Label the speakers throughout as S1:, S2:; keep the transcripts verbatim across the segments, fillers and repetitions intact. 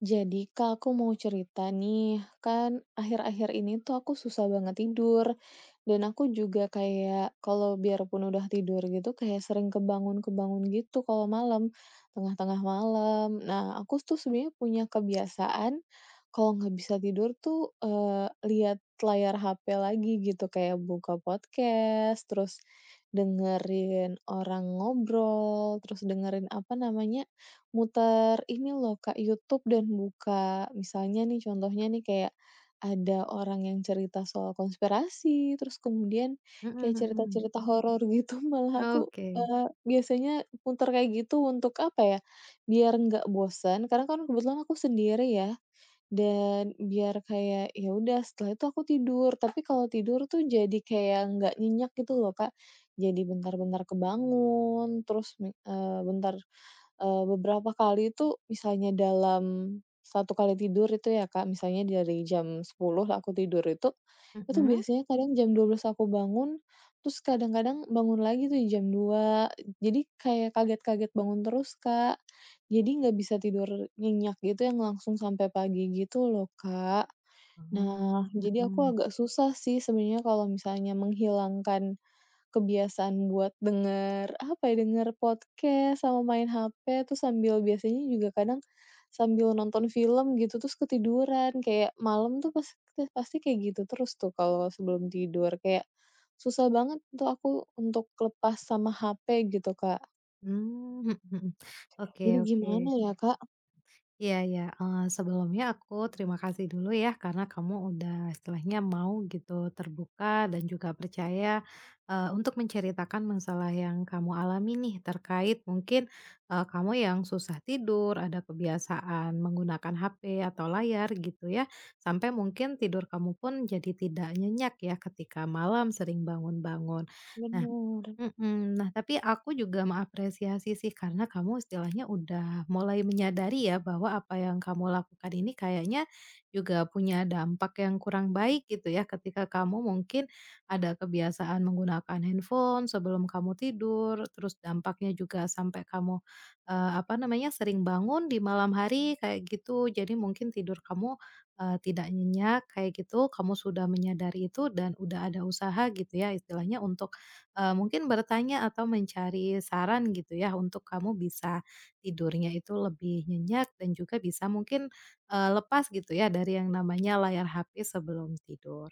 S1: Jadi Kak, aku mau cerita nih, kan akhir-akhir ini tuh aku susah banget tidur, dan aku juga kayak kalau biarpun udah tidur gitu kayak sering kebangun-kebangun gitu kalau malam, tengah-tengah malam. Nah, aku tuh sebenarnya punya kebiasaan kalau nggak bisa tidur tuh, eee, lihat layar ha pe lagi gitu, kayak buka podcast, terus dengerin orang ngobrol, terus dengerin apa namanya muter ini loh Kak, YouTube, dan buka misalnya nih contohnya nih kayak ada orang yang cerita soal konspirasi, terus kemudian
S2: Mhm
S1: kayak
S2: mhm.
S1: cerita-cerita horor gitu malah aku,
S2: Oke.
S1: eee, biasanya muter kayak gitu untuk apa ya, biar nggak bosan karena kan kebetulan aku sendiri ya, dan biar kayak ya udah setelah itu aku tidur, tapi kalau tidur tuh jadi kayak nggak nyenyak gitu loh Kak, jadi bentar-bentar kebangun terus mi eee, bentar. Eee, beberapa kali itu misalnya dalam satu kali tidur itu ya, Kak, misalnya dari jam sepuluh lah aku tidur itu, itu
S2: Mhm?
S1: biasanya kadang jam dua belas aku bangun, terus kadang-kadang bangun lagi tuh jam dua, jadi kayak kaget-kaget bangun terus, Kak. Jadi nggak bisa tidur nyenyak gitu yang langsung sampai pagi gitu loh, Kak. Nah,
S2: Oh,
S1: jadi aku
S2: mhm.
S1: agak susah sih sebenarnya kalau misalnya menghilangkan kebiasaan buat denger, apa ya, denger podcast sama main ha pe, terus sambil biasanya juga kadang sambil nonton film gitu, terus ketiduran, kayak malam tuh pas pasti kayak gitu terus tuh kalau sebelum tidur, kayak susah banget tuh aku untuk lepas sama ha pe gitu, Kak.
S2: Mmm, mhm mhm. Oke
S1: Jadi
S2: oke.
S1: gimana ya, Kak?
S2: Iya ya eee, sebelumnya aku terima kasih dulu ya karena kamu udah istilahnya mau gitu terbuka dan juga percaya, eee, untuk menceritakan masalah yang kamu alami nih terkait mungkin, eee, kamu yang susah tidur, ada kebiasaan menggunakan H P atau layar gitu ya, sampai mungkin tidur kamu pun jadi tidak nyenyak ya ketika malam sering bangun-bangun. Nah.
S1: Bener.
S2: Mhm. Nah, tapi aku juga mengapresiasi sih karena kamu istilahnya udah mulai menyadari ya bahwa apa yang kamu lakukan ini kayaknya juga punya dampak yang kurang baik gitu ya ketika kamu mungkin ada kebiasaan menggunakan handphone sebelum kamu tidur, terus dampaknya juga sampai kamu, eee, apa namanya, sering bangun di malam hari kayak gitu. Jadi mungkin tidur kamu, eee, tidak nyenyak kayak gitu, kamu sudah menyadari itu dan udah ada usaha gitu ya istilahnya untuk Eee, mungkin bertanya atau mencari saran gitu ya untuk kamu bisa tidurnya itu lebih nyenyak dan juga bisa mungkin, eee, lepas gitu ya dari yang namanya layar H P sebelum tidur.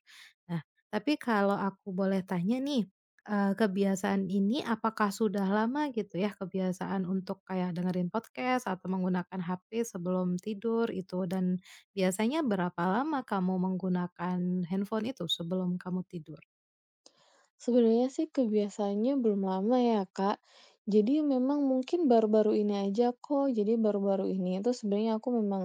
S2: Nah, tapi kalau aku boleh tanya nih, eee, kebiasaan ini apakah sudah lama gitu ya kebiasaan untuk kayak dengerin podcast atau menggunakan H P sebelum tidur itu dan biasanya berapa lama kamu menggunakan handphone itu sebelum kamu tidur?
S1: Sebenarnya sih kebiasaannya belum lama ya, Kak. Jadi memang mungkin baru-baru ini aja kok, jadi baru-baru ini itu sebenarnya aku memang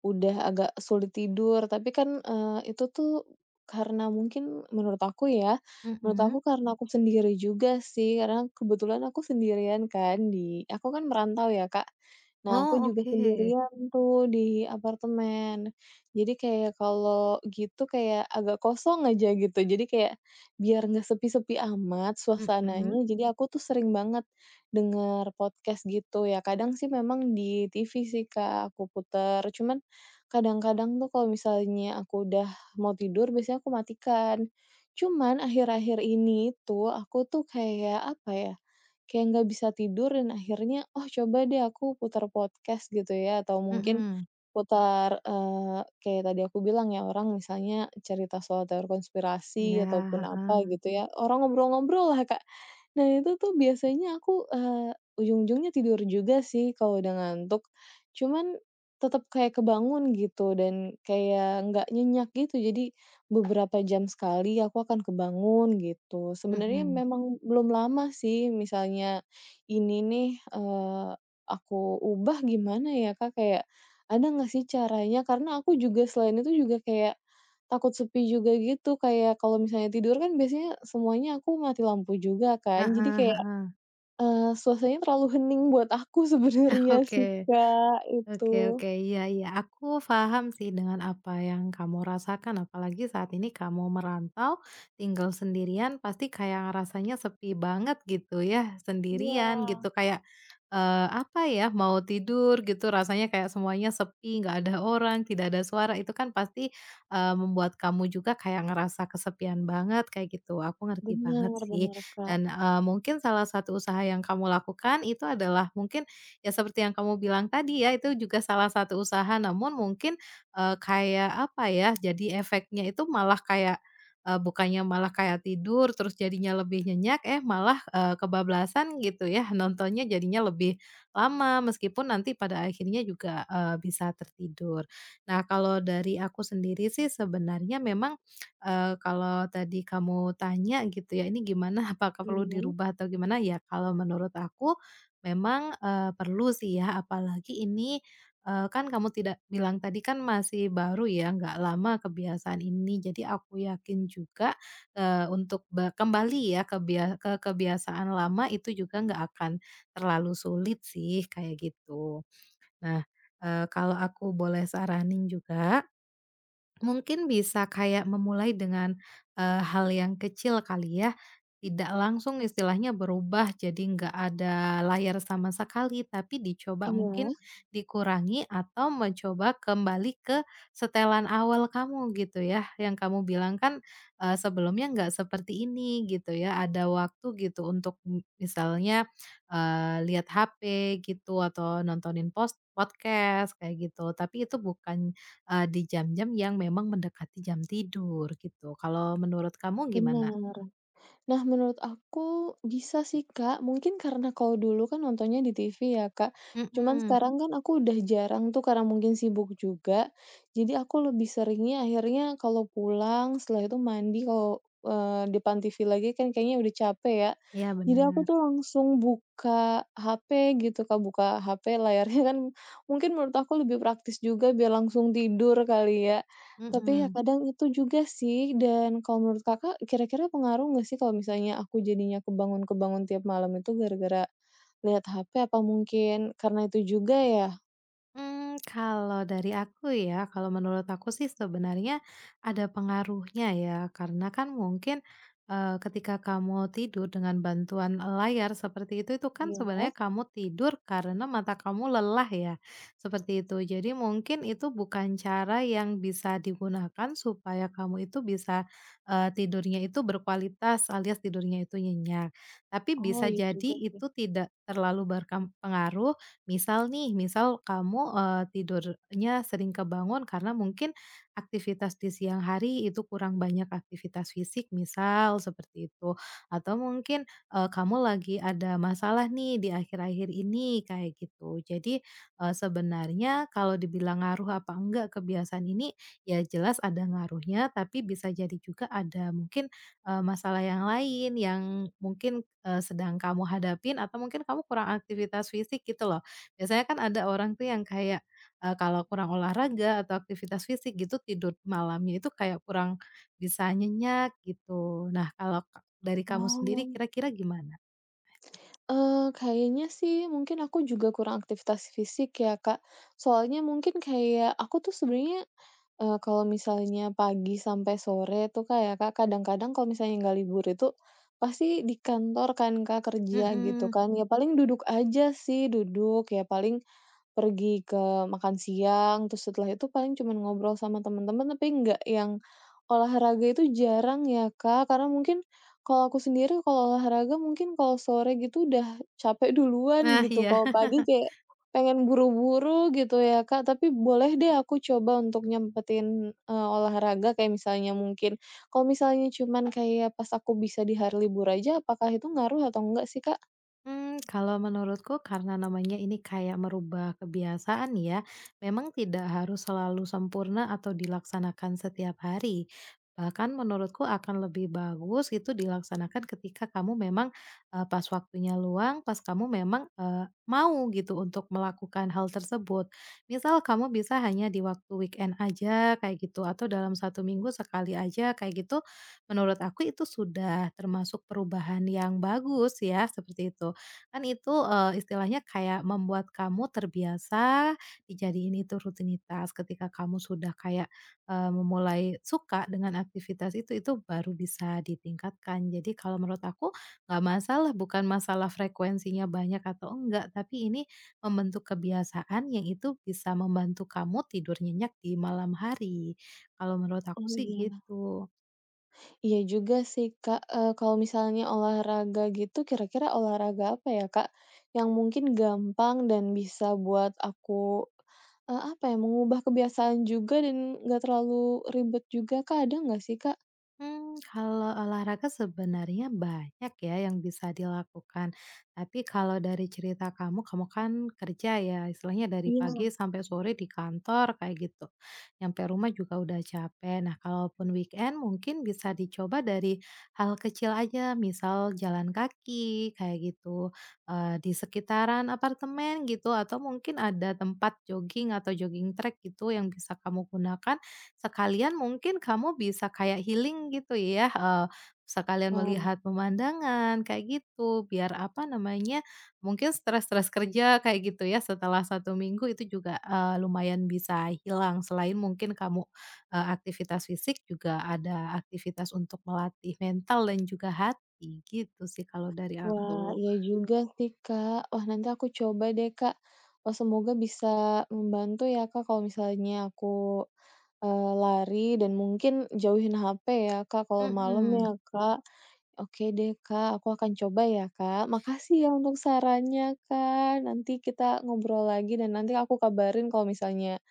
S1: udah agak sulit tidur, tapi kan, eee, itu tuh karena mungkin menurut aku ya, menurut
S2: Mhm.
S1: aku karena aku sendiri juga sih, karena kebetulan aku sendirian kan di aku kan merantau ya, Kak. Nah, aku
S2: Oh,
S1: juga
S2: oke.
S1: sendirian tuh di apartemen. Jadi kayak kalau gitu kayak agak kosong aja gitu. Jadi kayak biar nggak sepi-sepi amat
S2: Mhm
S1: suasananya, jadi aku tuh sering banget denger podcast gitu ya. Kadang sih memang di ti vi sih, Kak, aku puter, cuman kadang-kadang tuh kalau misalnya aku udah mau tidur biasanya aku matikan. Cuman akhir-akhir ini tuh aku tuh kayak, apa ya, kayak nggak bisa tidur dan akhirnya, "Oh coba deh aku putar podcast," gitu ya, atau mungkin
S2: mhm.
S1: putar, eee, kayak tadi aku bilang ya, orang misalnya cerita soal teori
S2: Iya,
S1: konspirasi ataupun apa
S2: heeh,
S1: gitu ya, orang ngobrol-ngobrol lah, Kak. Nah, itu tuh biasanya aku, eee, ujung-ujungnya tidur juga sih kalau udah ngantuk, cuman tetep kayak kebangun gitu dan kayak nggak nyenyak gitu. Jadi beberapa jam sekali aku akan kebangun gitu. Sebenarnya
S2: mhm,
S1: memang belum lama sih, misalnya ini nih, eee, aku ubah gimana ya, Kak? Kayak ada nggak sih caranya? Karena aku juga selain itu juga kayak takut sepi juga gitu, kayak kalau misalnya tidur kan biasanya semuanya aku mati lampu juga kan, jadi
S2: heeh
S1: kayak,
S2: heeh,
S1: eee, suasananya terlalu hening buat aku sebenarnya
S2: oke.
S1: sih, Kak,
S2: Oke
S1: itu.
S2: oke, iya iya, aku paham sih dengan apa yang kamu rasakan, apalagi saat ini kamu merantau, tinggal sendirian, pasti kayak rasanya sepi banget gitu ya,
S1: Iya,
S2: sendirian gitu, kayak, eee, apa ya, mau tidur gitu rasanya kayak semuanya sepi, nggak ada orang, tidak ada suara, itu kan pasti, eee, membuat kamu juga kayak ngerasa kesepian banget kayak gitu, aku ngerti banget
S1: benar
S2: sih.
S1: benar Kak.
S2: Dan, eee, mungkin salah satu usaha yang kamu lakukan itu adalah mungkin ya seperti yang kamu bilang tadi ya, itu juga salah satu usaha namun mungkin, eee, kayak apa ya, jadi efeknya itu malah kayak, eee, bukannya malah kayak tidur terus jadinya lebih nyenyak, eh malah, eee, kebablasan gitu ya, nontonnya jadinya lebih lama meskipun nanti pada akhirnya juga, eee, bisa tertidur. Nah, kalau dari aku sendiri sih sebenarnya memang, eee, kalau tadi kamu tanya gitu ya, ini gimana apakah perlu
S1: Iya
S2: dirubah atau gimana, ya kalau menurut aku memang, eee, perlu sih ya, apalagi ini, eee, kan kamu tidak bilang tadi kan masih baru ya, nggak lama kebiasaan ini. Jadi aku yakin juga, eee, untuk be kembali ya ke bia ke kebiasaan lama itu juga nggak akan terlalu sulit sih, kayak gitu. Nah, eee, kalau aku boleh saranin juga mungkin bisa kayak memulai dengan, eee, hal yang kecil kali ya, tidak langsung istilahnya berubah jadi nggak ada layar sama sekali, tapi dicoba
S1: iya,
S2: mungkin dikurangi atau mencoba kembali ke setelan awal kamu gitu ya, yang kamu bilang kan, eee, sebelumnya nggak seperti ini gitu ya, ada waktu gitu untuk m misalnya, eee, lihat H P gitu atau nontonin pos podcast kayak gitu, tapi itu bukan Eee, di jam-jam yang memang mendekati jam tidur gitu. Kalau menurut kamu gimana?
S1: benar. Nah, menurut aku bisa sih, Kak. Mungkin karena kalau dulu kan nontonnya di ti vi ya, Kak. Cuman Mhm.
S2: Mhm,
S1: sekarang kan aku udah jarang tuh karena mungkin sibuk juga. Jadi aku lebih seringnya akhirnya kalau pulang setelah itu mandi kalau, eee, depan ti vi lagi kan kayaknya udah capek ya.
S2: iya
S1: Jadi aku
S2: bener,
S1: tuh langsung buka ha pe gitu, Kak, buka ha pe layarnya kan mungkin menurut aku lebih praktis juga biar langsung tidur kali ya. Tapi ya
S2: mhm.
S1: kadang itu juga sih dan kalau menurut Kakak kira-kira pengaruh nggak sih kalau misalnya aku jadinya kebangun-kebangun tiap malam itu gara-gara lihat ha pe apa mungkin karena itu juga ya?
S2: Mmm, kalau dari aku ya, kalau menurut aku sih sebenarnya ada pengaruhnya ya, karena kan mungkin, eee, ketika kamu tidur dengan bantuan layar seperti itu, itu kan
S1: Iya. Iya.
S2: sebenarnya kamu tidur karena mata kamu lelah ya, seperti itu. Jadi mungkin itu bukan cara yang bisa digunakan supaya kamu itu bisa, eee, tidurnya itu berkualitas alias tidurnya itu nyenyak. Tapi
S1: Oh
S2: bisa
S1: iya
S2: jadi
S1: juga sih.
S2: itu tidak terlalu berkem pengaruh Misal nih, misal kamu, eee, tidurnya sering kebangun karena mungkin aktivitas di siang hari itu kurang banyak aktivitas fisik misal seperti itu, atau mungkin, eee, kamu lagi ada masalah nih di akhir-akhir ini kayak gitu. Jadi, eee, sebenarnya kalau dibilang ngaruh apa enggak kebiasaan ini, ya jelas ada ngaruhnya tapi bisa jadi juga ada mungkin, eee, masalah yang lain yang mungkin, eee, sedang kamu hadapin atau mungkin kamu kurang aktivitas fisik gitu loh. Biasanya kan ada orang tuh yang kayak, eee, kalau kurang olahraga atau aktivitas fisik gitu, tidur malamnya itu kayak kurang bisa nyenyak gitu. Nah, kalau ka dari Mmm. kamu sendiri
S1: Oh.
S2: kira-kira gimana?
S1: Eee, kayaknya sih mungkin aku juga kurang aktivitas fisik ya, Kak. Soalnya mungkin kayak aku tuh sebenarnya, eee, kalau misalnya pagi sampai sore tuh kayak Kak, kadang-kadang kalau misalnya nggak libur itu pasti di kantor kan Kak kerja gitu
S2: Mhm.
S1: kan, ya paling duduk aja sih, duduk, ya paling pergi ke makan siang, terus setelah itu paling cuman ngobrol sama teman-teman tapi nggak yang olahraga itu jarang ya, Kak. Karena mungkin kalau aku sendiri kalau olahraga mungkin kalau sore gitu udah capek duluan
S2: Nah,
S1: gitu,
S2: iya.
S1: kalau pagi kayak pengen buru-buru gitu ya, Kak. Tapi boleh deh aku coba untuk nyempetin, eee, olahraga kayak misalnya mungkin kalau misalnya cuman kayak pas aku bisa di hari libur aja, apakah itu ngaruh atau enggak sih, Kak?
S2: Mmm, kalau menurutku karena namanya ini kayak merubah kebiasaan ya, memang tidak harus selalu sempurna atau dilaksanakan setiap hari. Bahkan menurutku akan lebih bagus itu dilaksanakan ketika kamu memang, eee, pas waktunya luang, pas kamu memang, eee, mau gitu untuk melakukan hal tersebut. Misal kamu bisa hanya di waktu weekend aja kayak gitu atau dalam satu minggu sekali aja kayak gitu, menurut aku itu sudah termasuk perubahan yang bagus ya, seperti itu. Kan itu, eee, istilahnya kayak membuat kamu terbiasa dijadiin itu rutinitas. Ketika kamu sudah kayak, eee, memulai suka dengan aktivitas itu, itu baru bisa ditingkatkan. Jadi kalau menurut aku nggak masalah, bukan masalah frekuensinya banyak atau enggak, tapi ini membentuk kebiasaan yang itu bisa membantu kamu tidur nyenyak di malam hari. Kalau menurut aku
S1: Oh,
S2: sih
S1: iya.
S2: gitu.
S1: Iya juga sih, Kak. Eee, kalau misalnya olahraga gitu, kira-kira olahraga apa ya, Kak, yang mungkin gampang dan bisa buat aku, eee, apa ya, mengubah kebiasaan juga dan nggak terlalu ribet juga, Kak, ada nggak sih, Kak?
S2: Hmm, kalau olahraga sebenarnya banyak ya yang bisa dilakukan. Tapi kalau dari cerita kamu, kamu kan kerja ya, istilahnya dari
S1: Iya.
S2: pagi sampai sore di kantor kayak gitu. Nyampe rumah juga udah capek. Nah, kalaupun weekend mungkin bisa dicoba dari hal kecil aja, misal jalan kaki kayak gitu, eee, di sekitaran apartemen gitu, atau mungkin ada tempat jogging atau jogging track gitu yang bisa kamu gunakan. Sekalian mungkin kamu bisa kayak healing gitu ya, eee, sekalian
S1: Wah
S2: melihat pemandangan kayak gitu, biar apa namanya, mungkin stres-stres kerja kayak gitu ya setelah satu minggu itu juga, eee, lumayan bisa hilang. Selain mungkin kamu, eee, aktivitas fisik juga ada aktivitas untuk melatih mental dan juga hati, gitu sih kalau dari
S1: wah,
S2: aku.
S1: iya juga sih, Kak. Wah, nanti aku coba deh, Kak. Wah, semoga bisa membantu ya, Kak, kalau misalnya aku, eee, lari dan mungkin jauhin ha pe ya, Kak, kalau malam ya,
S2: Mhm.
S1: Kak. Oke deh, Kak, aku akan coba ya, Kak. Makasih ya untuk sarannya, Kak. Nanti kita ngobrol lagi dan nanti aku kabarin kalau misalnya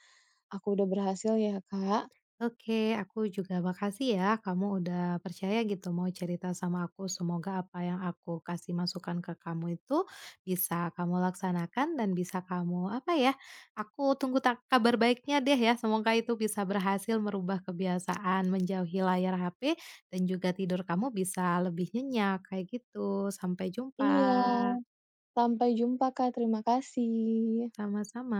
S1: aku udah berhasil ya, Kak.
S2: Oke, aku juga makasih ya kamu udah percaya gitu mau cerita sama aku. Semoga apa yang aku kasih masukan ke kamu itu bisa kamu laksanakan dan bisa kamu apa ya, aku tunggu tak kabar baiknya deh ya. Semoga itu bisa berhasil merubah kebiasaan menjauhi layar H P dan juga tidur kamu bisa lebih nyenyak kayak gitu. Sampai jumpa.
S1: Iya, sampai jumpa, Kak. Terima kasih.
S2: Sama-sama.